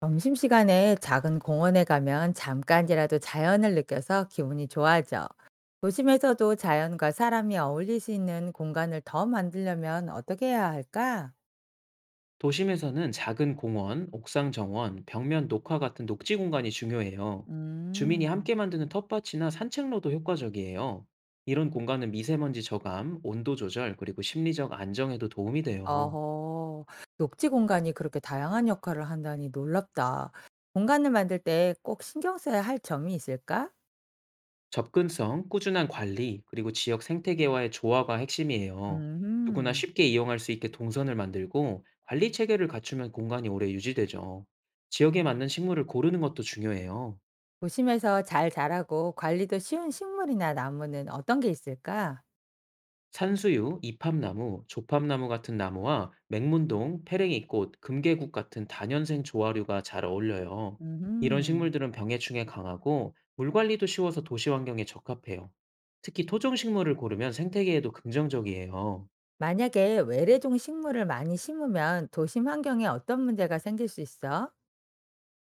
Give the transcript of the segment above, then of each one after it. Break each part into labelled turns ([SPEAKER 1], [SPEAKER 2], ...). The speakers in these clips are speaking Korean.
[SPEAKER 1] 점심시간에 작은 공원에 가면 잠깐이라도 자연을 느껴서 기분이 좋아져. 도심에서도 자연과 사람이 어울릴 수 있는 공간을 더 만들려면 어떻게 해야 할까?
[SPEAKER 2] 도심에서는 작은 공원, 옥상 정원, 벽면 녹화 같은 녹지 공간이 중요해요. 주민이
[SPEAKER 1] 음,
[SPEAKER 2] 함께 만드는 텃밭이나 산책로도 효과적이에요. 이런 공간은 미세먼지 저감, 온도 조절, 그리고 심리적 안정에도 도움이 돼요.
[SPEAKER 1] 어허, 녹지 공간이 그렇게 다양한 역할을 한다니 놀랍다. 공간을 만들 때 꼭 신경 써야 할 점이 있을까?
[SPEAKER 2] 접근성, 꾸준한 관리, 그리고 지역 생태계와의 조화가 핵심이에요. 누구나
[SPEAKER 1] 음.
[SPEAKER 2] 쉽게 이용할 수 있게 동선을 만들고 관리 체계를 갖추면 공간이 오래 유지되죠. 지역에 맞는 식물을 고르는 것도 중요해요.
[SPEAKER 1] 도심에서 잘 자라고 관리도 쉬운 식물이나 나무는 어떤 게 있을까?
[SPEAKER 2] 산수유, 이팝나무, 조팝나무 같은 나무와 맹문동, 페랭이꽃, 금계국 같은 다년생 조화류가 잘 어울려요. 이런
[SPEAKER 1] 음.
[SPEAKER 2] 식물들은 병해충에 강하고 물 관리도 쉬워서 도시 환경에 적합해요. 특히 토종 식물을 고르면 생태계에도 긍정적이에요.
[SPEAKER 1] 만약에 외래종 식물을 많이 심으면 도심 환경에 어떤 문제가 생길 수 있어?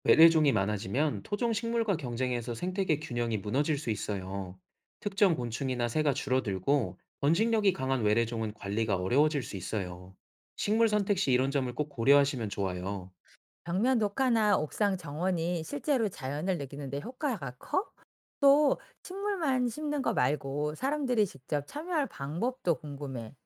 [SPEAKER 2] 외래종이 많아지면 토종 식물과 경쟁해서 생태계 균형이 무너질 수 있어요. 특정 곤충이나 새가 줄어들고 번식력이 강한 외래종은 관리가 어려워질 수 있어요. 식물 선택 시 이런 점을 꼭 고려하시면 좋아요.
[SPEAKER 1] 벽면 녹화나 옥상 정원이 실제로 자연을 느끼는데 효과가 커? 또 식물만 심는 거 말고 사람들이 직접 참여할 방법도 궁금해.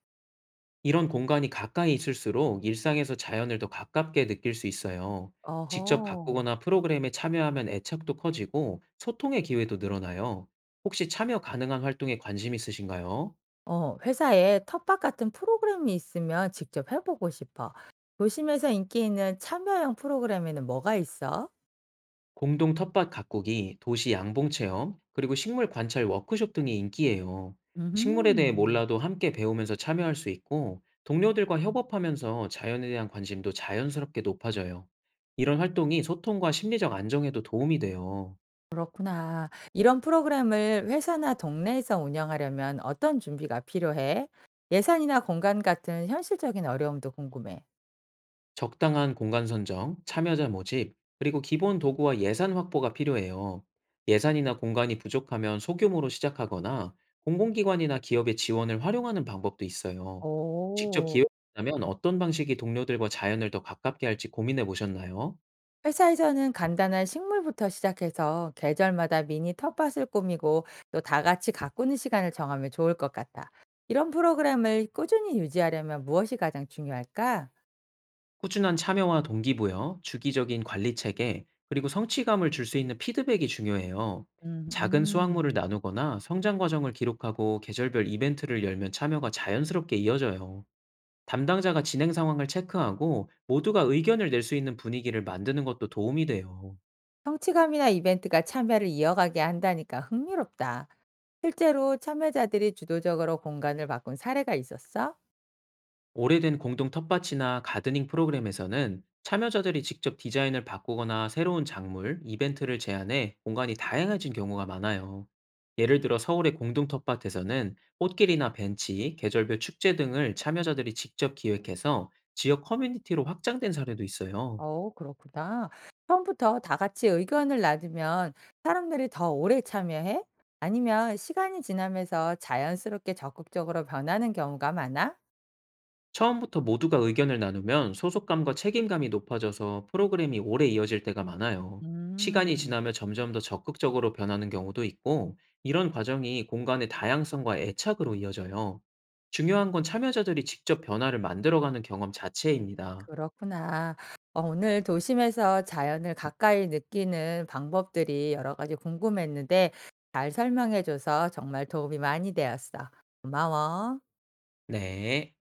[SPEAKER 2] 이런 공간이 가까이 있을수록 일상에서 자연을 더 가깝게 느낄 수 있어요. 직접
[SPEAKER 1] 어허.
[SPEAKER 2] 가꾸거나 프로그램에 참여하면 애착도 커지고 소통의 기회도 늘어나요. 혹시 참여 가능한 활동에 관심 있으신가요?
[SPEAKER 1] 어, 회사에 텃밭 같은 프로그램이 있으면 직접 해보고 싶어. 도심에서 인기 있는 참여형 프로그램에는 뭐가 있어?
[SPEAKER 2] 공동 텃밭 가꾸기, 도시 양봉 체험, 그리고 식물 관찰 워크숍 등이 인기예요. 식물에 대해
[SPEAKER 1] 음.
[SPEAKER 2] 몰라도 함께 배우면서 참여할 수 있고 동료들과 협업하면서 자연에 대한 관심도 자연스럽게 높아져요. 이런 활동이 소통과 심리적 안정에도 도움이 돼요.
[SPEAKER 1] 그렇구나. 이런 프로그램을 회사나 동네에서 운영하려면 어떤 준비가 필요해? 예산이나 공간 같은 현실적인 어려움도 궁금해.
[SPEAKER 2] 적당한 공간 선정, 참여자 모집, 그리고 기본 도구와 예산 확보가 필요해요. 예산이나 공간이 부족하면 소규모로 시작하거나 공공기관이나 기업의 지원을 활용하는 방법도 있어요. 직접
[SPEAKER 1] 오.
[SPEAKER 2] 기획한다면 어떤 방식이 동료들과 자연을 더 가깝게 할지 고민해 보셨나요?
[SPEAKER 1] 회사에서는 간단한 식물부터 시작해서 계절마다 미니 텃밭을 꾸미고 또 다 같이 가꾸는 시간을 정하면 좋을 것 같다. 이런 프로그램을 꾸준히 유지하려면 무엇이 가장 중요할까?
[SPEAKER 2] 꾸준한 참여와 동기부여, 주기적인 관리 체계, 그리고 성취감을 줄 수 있는 피드백이 중요해요.
[SPEAKER 1] 음,
[SPEAKER 2] 작은 수확물을
[SPEAKER 1] 음.
[SPEAKER 2] 나누거나 성장 과정을 기록하고 계절별 이벤트를 열면 참여가 자연스럽게 이어져요. 담당자가 진행 상황을 체크하고 모두가 의견을 낼 수 있는 분위기를 만드는 것도 도움이 돼요.
[SPEAKER 1] 성취감이나 이벤트가 참여를 이어가게 한다니까 흥미롭다. 실제로 참여자들이 주도적으로 공간을 바꾼 사례가 있었어?
[SPEAKER 2] 오래된 공동 텃밭이나 가드닝 프로그램에서는 참여자들이 직접 디자인을 바꾸거나 새로운 작물, 이벤트를 제안해 공간이 다양해진 경우가 많아요. 예를 들어 서울의 공동 텃밭에서는 꽃길이나 벤치, 계절별 축제 등을 참여자들이 직접 기획해서 지역 커뮤니티로 확장된 사례도 있어요.
[SPEAKER 1] 어, 그렇구나. 처음부터 다 같이 의견을 나누면 사람들이 더 오래 참여해? 아니면 시간이 지나면서 자연스럽게 적극적으로 변하는 경우가 많아?
[SPEAKER 2] 처음부터 모두가 의견을 나누면 소속감과 책임감이 높아져서 프로그램이 오래 이어질 때가 많아요. 시간이
[SPEAKER 1] 음,
[SPEAKER 2] 지나며 점점 더 적극적으로 변하는 경우도 있고, 이런 과정이 공간의 다양성과 애착으로 이어져요. 중요한 건 참여자들이 직접 변화를 만들어가는 경험 자체입니다.
[SPEAKER 1] 그렇구나. 어, 오늘 도심에서 자연을 가까이 느끼는 방법들이 여러 가지 궁금했는데 잘 설명해줘서 정말 도움이 많이 되었어. 고마워.
[SPEAKER 2] 네.